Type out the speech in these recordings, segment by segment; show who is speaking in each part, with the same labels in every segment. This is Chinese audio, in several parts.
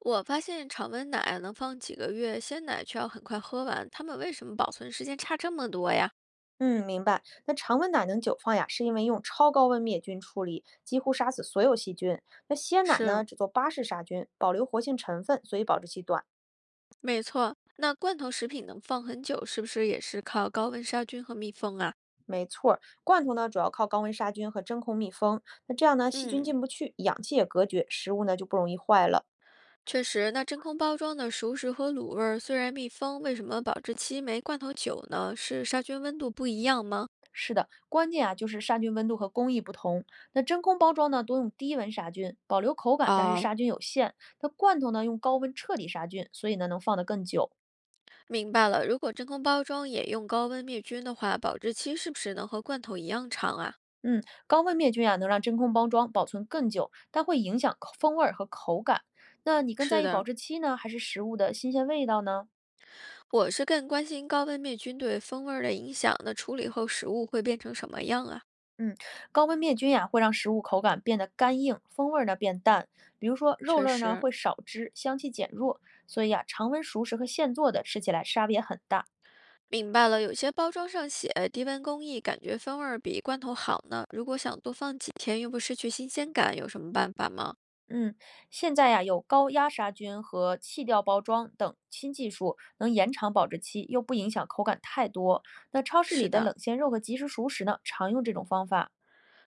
Speaker 1: 我发现常温奶能放几个月，鲜奶却要很快喝完，他们为什么保存时间差这么多呀？
Speaker 2: 嗯，明白。那常温奶能久放呀，是因为用超高温灭菌处理，几乎杀死所有细菌。那鲜奶呢，
Speaker 1: 是，
Speaker 2: 只做巴氏杀菌，保留活性成分，所以保质期短。
Speaker 1: 没错，那罐头食品能放很久，是不是也是靠高温杀菌和密封啊？
Speaker 2: 没错儿，罐头呢主要靠高温杀菌和真空密封。那这样呢，细菌
Speaker 1: 嗯，
Speaker 2: 进不去，氧气也隔绝，食物呢就不容易坏了。
Speaker 1: 确实，那真空包装的熟食和卤味儿虽然密封，为什么保质期没罐头久呢？是杀菌温度不一样吗？
Speaker 2: 是的，关键啊就是杀菌温度和工艺不同。那真空包装呢多用低温杀菌，保留口感，但是
Speaker 1: 哦，
Speaker 2: 杀菌有限。那罐头呢用高温彻底杀菌，所以呢能放得更久。
Speaker 1: 明白了。如果真空包装也用高温灭菌的话，保质期是不是能和罐头一样长啊？
Speaker 2: 嗯，高温灭菌啊，能让真空包装保存更久，但会影响口风味儿和口感。那你更在
Speaker 1: 是
Speaker 2: 意保
Speaker 1: 的，
Speaker 2: 质期呢，还是食物的新鲜味道呢？
Speaker 1: 我是更关心高温灭菌对风味儿的影响，那处理后食物会变成什么样啊？
Speaker 2: 嗯，高温灭菌呀、会让食物口感变得干硬，风味儿呢变淡。比如说肉
Speaker 1: 确
Speaker 2: 类儿呢
Speaker 1: 实，
Speaker 2: 会少汁，香气减弱，所以啊，常温熟食和现做的吃起来差别很大。
Speaker 1: 明白了，有些包装上写低温工艺，感觉风味儿比罐头好呢。如果想多放几天又不失去新鲜感，有什么办法吗？
Speaker 2: 嗯，现在呀，有高压杀菌和气调包装等新技术，能延长保质期，又不影响口感太多。那超市里
Speaker 1: 是
Speaker 2: 的
Speaker 1: 的，
Speaker 2: 冷鲜肉和即食熟食呢，常用这种方法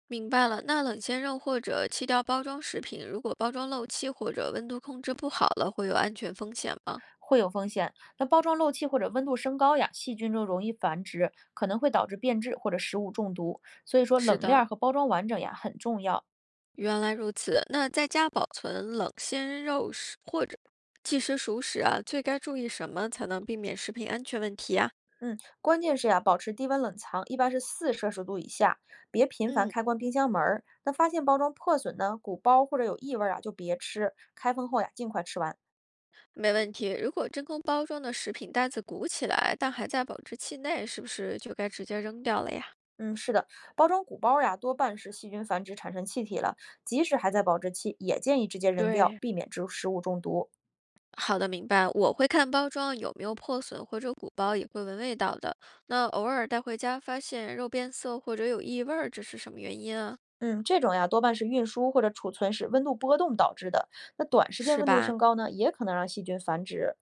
Speaker 1: 明白了，那冷鲜肉或者气掉包装食品，如果包装漏气或者温度控制不好了，会有安全风险吗？
Speaker 2: 会有风险。那包装漏气或者温度升高呀，细菌就容易繁殖，可能会导致变质或者食物中毒。所以说，
Speaker 1: 是
Speaker 2: 冷链
Speaker 1: 的。
Speaker 2: 儿和包装完整呀很重要。
Speaker 1: 原来如此，那在家保存冷鲜肉食或者即食熟食啊，最该注意什么才能避免食品安全问题啊？
Speaker 2: 嗯，关键是呀，保持低温冷藏，一般是4摄氏度以下，别频繁
Speaker 1: 嗯，
Speaker 2: 开关冰箱门儿。那发现包装破损呢、鼓包或者有异味儿啊，就别吃。开封后呀，尽快吃完。
Speaker 1: 没问题，如果真空包装的食品袋子鼓起来，但还在保质期内，是不是就该直接扔掉了呀？
Speaker 2: 嗯，是的，包装鼓包呀，多半是细菌繁殖产生气体了，即使还在保质期，也建议直接扔掉，
Speaker 1: 对，
Speaker 2: 避免植食物中毒。
Speaker 1: 好的，明白。我会看包装有没有破损或者鼓包，也会闻味道的。那偶尔带回家发现肉变色或者有异味儿，这是什么原因啊？
Speaker 2: 嗯，这种呀，多半是运输或者储存时温度波动导致的。那短时间
Speaker 1: 是
Speaker 2: 温度
Speaker 1: 吧？
Speaker 2: 升高呢，也可能让细菌繁殖。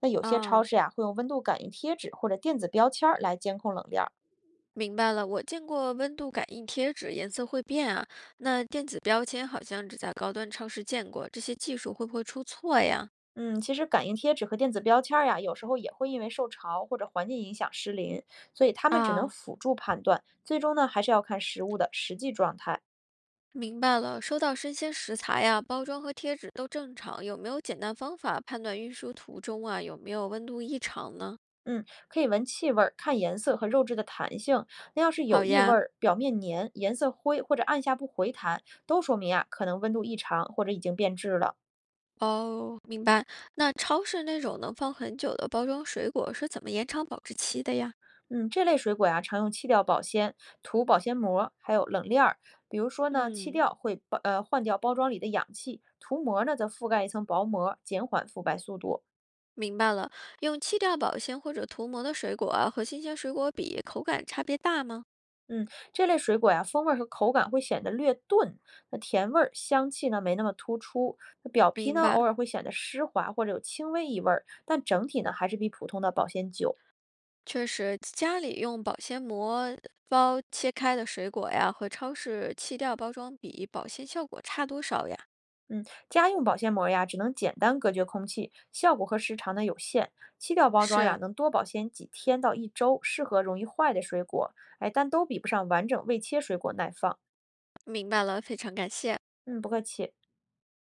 Speaker 2: 那有些超
Speaker 1: 啊、
Speaker 2: 市呀，会用温度感应贴纸或者电子标签儿来监控冷链儿。
Speaker 1: 明白了，我见过温度感应贴纸，颜色会变啊。那电子标签好像只在高端超市见过，这些技术会不会出错呀？
Speaker 2: 嗯，其实感应贴纸和电子标签儿呀，有时候也会因为受潮或者环境影响失灵，所以它们只能
Speaker 1: 啊，
Speaker 2: 辅助判断，最终呢还是要看食物的实际状态。
Speaker 1: 明白了，收到生鲜食材呀，包装和贴纸都正常，有没有简单方法判断运输途中啊有没有温度异常呢？
Speaker 2: 嗯，可以闻气味儿、看颜色和肉质的弹性。那要是有
Speaker 1: 好
Speaker 2: 异味
Speaker 1: 呀，
Speaker 2: 儿、表面黏、颜色灰或者按下不回弹，都说明啊可能温度异常或者已经变质了。
Speaker 1: 哦，明白。那超市那种能放很久的包装水果是怎么延长保质期的呀？
Speaker 2: 嗯，这类水果呀，常用气调保鲜、涂保鲜膜，还有冷链儿。比如说呢，气
Speaker 1: 嗯。
Speaker 2: 调会换掉包装里的氧气，涂膜呢则覆盖一层薄膜，减缓腐败速度。
Speaker 1: 明白了，用气调保鲜或者涂膜的水果啊，和新鲜水果比，口感差别大吗？
Speaker 2: 嗯，这类水果呀，风味儿和口感会显得略钝，那甜味儿、香气呢没那么突出，那表皮
Speaker 1: 明
Speaker 2: 呢偶
Speaker 1: 白，
Speaker 2: 尔会显得湿滑或者有轻微异味儿，但整体呢还是比普通的保鲜久。
Speaker 1: 确实，家里用保鲜膜包切开的水果呀，和超市气调包装比，保鲜效果差多少呀？
Speaker 2: 嗯，家用保鲜膜呀，只能简单隔绝空气，效果和时长呢有限。漆掉包装呀，
Speaker 1: 是，
Speaker 2: 能多保鲜几天到一周，适合容易坏的水果。哎，但都比不上完整未切水果耐放。
Speaker 1: 明白了，非常感谢。
Speaker 2: 嗯，不客气。